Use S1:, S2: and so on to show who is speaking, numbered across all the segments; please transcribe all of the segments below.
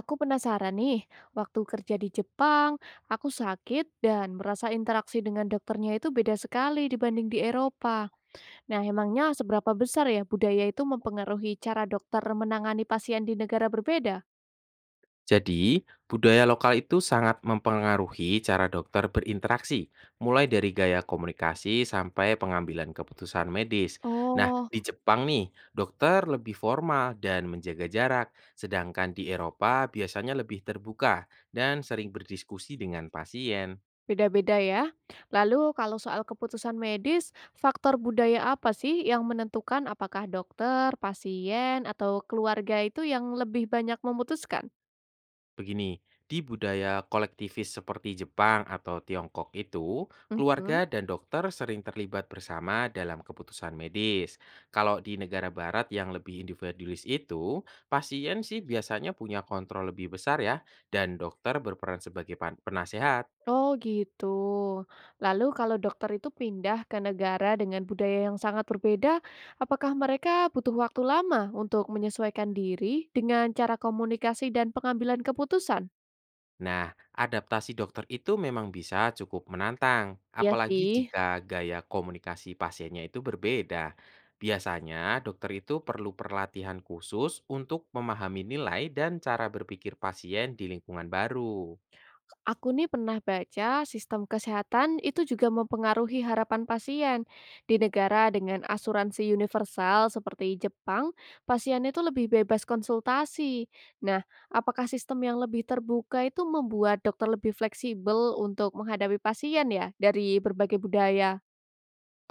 S1: Aku penasaran nih, waktu kerja di Jepang, aku sakit dan merasa interaksi dengan dokternya itu beda sekali dibanding di Eropa. Nah, emangnya seberapa besar ya budaya itu mempengaruhi cara dokter menangani pasien di negara berbeda?
S2: Jadi, budaya lokal itu sangat mempengaruhi cara dokter berinteraksi, mulai dari gaya komunikasi sampai pengambilan keputusan medis. Nah,
S1: Oh,
S2: di Jepang nih, dokter lebih formal dan menjaga jarak, sedangkan di Eropa biasanya lebih terbuka dan sering berdiskusi dengan pasien.
S1: beda-beda ya. Lalu kalau soal keputusan medis, faktor budaya apa sih yang menentukan apakah dokter, pasien, atau keluarga itu yang lebih banyak memutuskan?
S2: Begini, di budaya kolektivis seperti Jepang atau Tiongkok itu,
S1: Mhm.
S2: keluarga dan dokter sering terlibat bersama dalam keputusan medis. Kalau di negara barat yang lebih individualis itu, pasien sih biasanya punya kontrol lebih besar ya, dan dokter berperan sebagai penasehat.
S1: Oh gitu. Lalu kalau dokter itu pindah ke negara dengan budaya yang sangat berbeda, apakah mereka butuh waktu lama untuk menyesuaikan diri dengan cara komunikasi dan pengambilan keputusan?
S2: Nah, adaptasi dokter itu memang bisa cukup menantang,
S1: Iya
S2: apalagi
S1: sih.
S2: jika gaya komunikasi pasiennya itu berbeda. Biasanya, dokter itu perlu perlatihan khusus untuk memahami nilai dan cara berpikir pasien di lingkungan baru.
S1: Aku nih pernah baca sistem kesehatan itu juga mempengaruhi harapan pasien. Di negara dengan asuransi universal seperti Jepang, pasien itu lebih bebas konsultasi. Nah, apakah sistem yang lebih terbuka itu membuat dokter lebih fleksibel untuk menghadapi pasien ya dari berbagai budaya?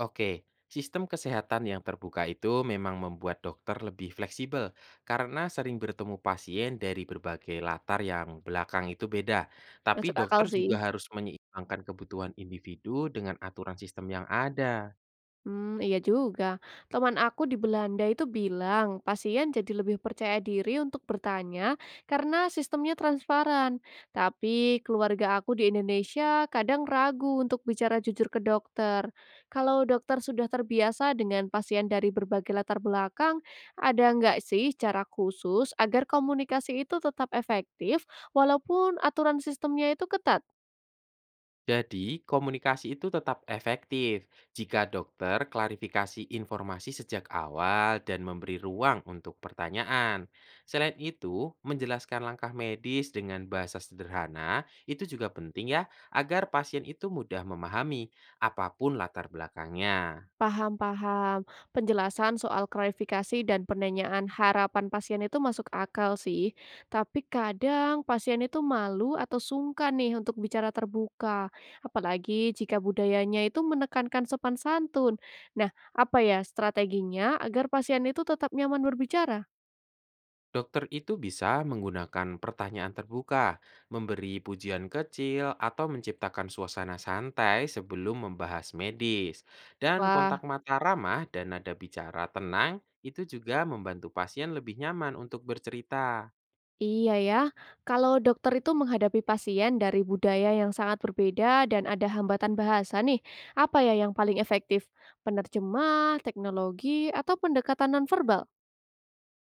S2: Oke, sistem kesehatan yang terbuka itu memang membuat dokter lebih fleksibel karena sering bertemu pasien dari berbagai latar yang belakang itu beda. Tapi
S1: Masuk akal
S2: dokter
S1: sih.
S2: juga harus menyeimbangkan kebutuhan individu dengan aturan sistem yang ada.
S1: Hmm, iya juga. Teman aku di Belanda itu bilang, pasien jadi lebih percaya diri untuk bertanya karena sistemnya transparan. Tapi keluarga aku di Indonesia kadang ragu untuk bicara jujur ke dokter. Kalau dokter sudah terbiasa dengan pasien dari berbagai latar belakang, ada nggak sih cara khusus agar komunikasi itu tetap efektif walaupun aturan sistemnya itu ketat?
S2: Jadi, komunikasi itu tetap efektif jika dokter klarifikasi informasi sejak awal dan memberi ruang untuk pertanyaan. Selain itu, menjelaskan langkah medis dengan bahasa sederhana itu juga penting ya, agar pasien itu mudah memahami apapun latar belakangnya.
S1: Paham paham. Penjelasan soal klarifikasi dan penanyaan harapan pasien itu masuk akal sih. Tapi kadang pasien itu malu atau sungkan nih untuk bicara terbuka. Apalagi jika budayanya itu menekankan sopan santun. Nah, apa ya strateginya agar pasien itu tetap nyaman berbicara?
S2: Dokter itu bisa menggunakan pertanyaan terbuka, memberi pujian kecil, atau menciptakan suasana santai sebelum membahas medis. Dan
S1: Wah,
S2: kontak mata ramah dan nada bicara tenang itu juga membantu pasien lebih nyaman untuk bercerita.
S1: iya ya, kalau dokter itu menghadapi pasien dari budaya yang sangat berbeda dan ada hambatan bahasa nih, apa ya yang paling efektif? Penerjemah, teknologi, atau pendekatan nonverbal?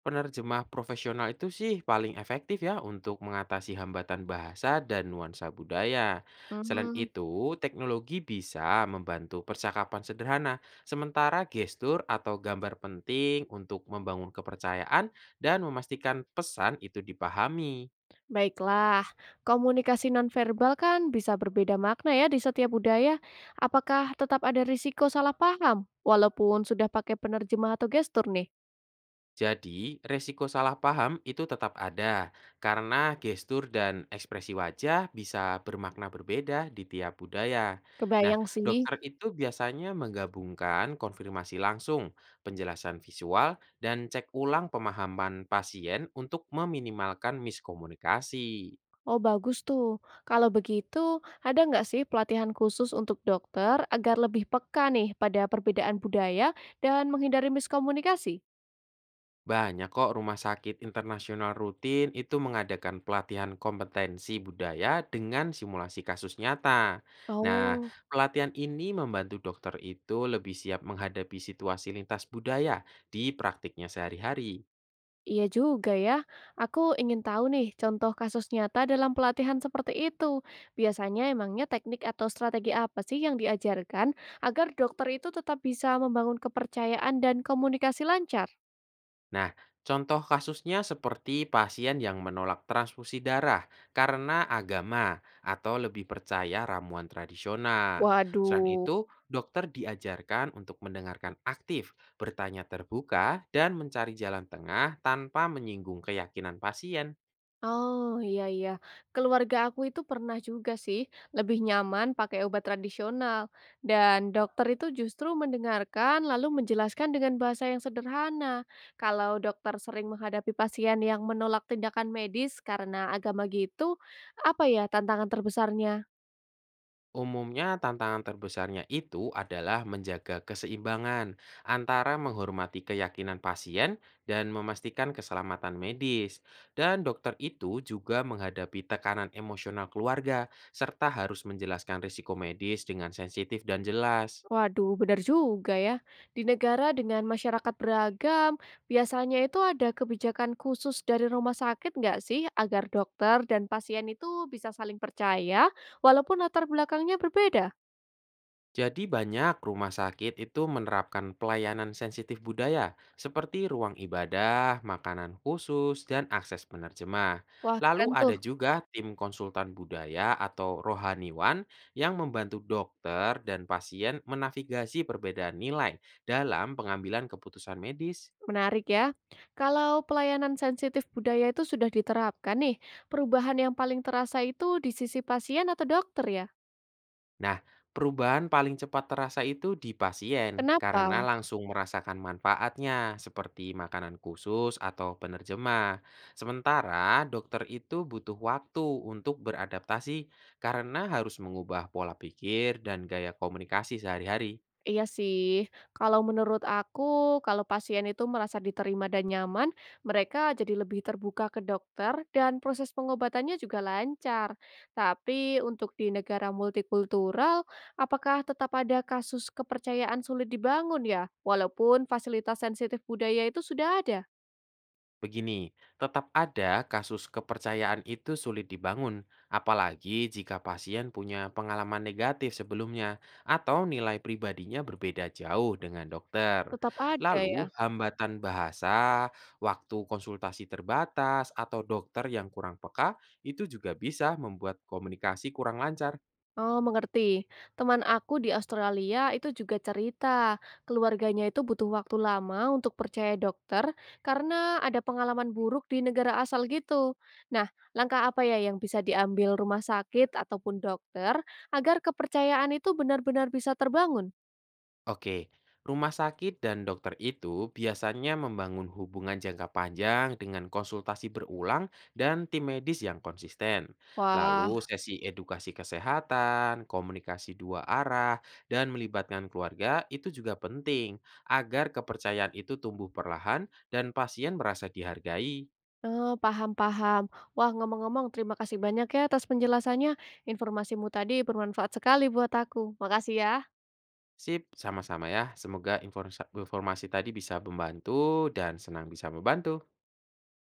S2: Penerjemah profesional itu sih paling efektif ya untuk mengatasi hambatan bahasa dan nuansa budaya. Selain
S1: Hmm,
S2: itu, teknologi bisa membantu percakapan sederhana, sementara gestur atau gambar penting untuk membangun kepercayaan dan memastikan pesan itu dipahami.
S1: baiklah, komunikasi nonverbal kan bisa berbeda makna ya di setiap budaya. Apakah tetap ada risiko salah paham walaupun sudah pakai penerjemah atau gestur nih?
S2: Jadi, resiko salah paham itu tetap ada karena gestur dan ekspresi wajah bisa bermakna berbeda di tiap budaya. Nah,
S1: Kebayang sih.
S2: dokter itu biasanya menggabungkan konfirmasi langsung, penjelasan visual, dan cek ulang pemahaman pasien untuk meminimalkan miskomunikasi.
S1: Oh, bagus tuh. Kalau begitu, ada nggak sih pelatihan khusus untuk dokter agar lebih peka nih pada perbedaan budaya dan menghindari miskomunikasi?
S2: Banyak kok rumah sakit internasional rutin itu mengadakan pelatihan kompetensi budaya dengan simulasi kasus nyata. Nah,
S1: Oh,
S2: pelatihan ini membantu dokter itu lebih siap menghadapi situasi lintas budaya di praktiknya sehari-hari.
S1: iya juga ya. Aku ingin tahu nih contoh kasus nyata dalam pelatihan seperti itu. Biasanya emangnya teknik atau strategi apa sih yang diajarkan agar dokter itu tetap bisa membangun kepercayaan dan komunikasi lancar?
S2: Nah, contoh kasusnya seperti pasien yang menolak transfusi darah karena agama atau lebih percaya ramuan tradisional. Selain
S1: Waduh.
S2: itu, dokter diajarkan untuk mendengarkan aktif, bertanya terbuka, dan mencari jalan tengah tanpa menyinggung keyakinan pasien.
S1: Oh, iya iya. Keluarga aku itu pernah juga sih, lebih nyaman pakai obat tradisional. Dan dokter itu justru mendengarkan lalu menjelaskan dengan bahasa yang sederhana. Kalau dokter sering menghadapi pasien yang menolak tindakan medis karena agama gitu, apa ya tantangan terbesarnya?
S2: Umumnya tantangan terbesarnya itu adalah menjaga keseimbangan antara menghormati keyakinan pasien dan memastikan keselamatan medis. Dan dokter itu juga menghadapi tekanan emosional keluarga serta harus menjelaskan risiko medis dengan sensitif dan jelas.
S1: Waduh, benar juga ya. Di negara dengan masyarakat beragam, biasanya itu ada kebijakan khusus dari rumah sakit nggak sih agar dokter dan pasien itu bisa saling percaya walaupun latar belakangnya berbeda?
S2: Jadi banyak rumah sakit itu menerapkan pelayanan sensitif budaya seperti ruang ibadah, makanan khusus, dan akses penerjemah.
S1: Wah,
S2: Lalu
S1: keren tuh.
S2: ada juga tim konsultan budaya atau rohaniwan yang membantu dokter dan pasien menavigasi perbedaan nilai dalam pengambilan keputusan medis.
S1: Menarik ya. Kalau pelayanan sensitif budaya itu sudah diterapkan nih, perubahan yang paling terasa itu di sisi pasien atau dokter ya?
S2: Nah, perubahan paling cepat terasa itu di pasien
S1: Kenapa?
S2: karena langsung merasakan manfaatnya seperti makanan khusus atau penerjemah. Sementara dokter itu butuh waktu untuk beradaptasi karena harus mengubah pola pikir dan gaya komunikasi sehari-hari.
S1: Iya sih, kalau menurut aku, kalau pasien itu merasa diterima dan nyaman, mereka jadi lebih terbuka ke dokter dan proses pengobatannya juga lancar. Tapi untuk di negara multikultural, apakah tetap ada kasus kepercayaan sulit dibangun ya? Walaupun fasilitas sensitif budaya itu sudah ada,
S2: Begini, tetap ada kasus kepercayaan itu sulit dibangun, apalagi jika pasien punya pengalaman negatif sebelumnya atau nilai pribadinya berbeda jauh dengan dokter.
S1: tetap ada ya.
S2: Lalu, hambatan bahasa, waktu konsultasi terbatas, atau dokter yang kurang peka itu juga bisa membuat komunikasi kurang lancar.
S1: Oh, mengerti. Teman aku di Australia itu juga cerita, keluarganya itu butuh waktu lama untuk percaya dokter karena ada pengalaman buruk di negara asal gitu. Nah, langkah apa ya yang bisa diambil rumah sakit ataupun dokter agar kepercayaan itu benar-benar bisa terbangun?
S2: Oke, rumah sakit dan dokter itu biasanya membangun hubungan jangka panjang dengan konsultasi berulang dan tim medis yang konsisten.
S1: Wah,
S2: Lalu sesi edukasi kesehatan, komunikasi dua arah, dan melibatkan keluarga itu juga penting agar kepercayaan itu tumbuh perlahan dan pasien merasa dihargai.
S1: eh, paham-paham. Wah, ngomong-ngomong, terima kasih banyak ya atas penjelasannya. Informasimu tadi bermanfaat sekali buat aku. Makasih ya.
S2: Sip, sama-sama ya. Semoga informasi tadi bisa membantu dan senang bisa membantu.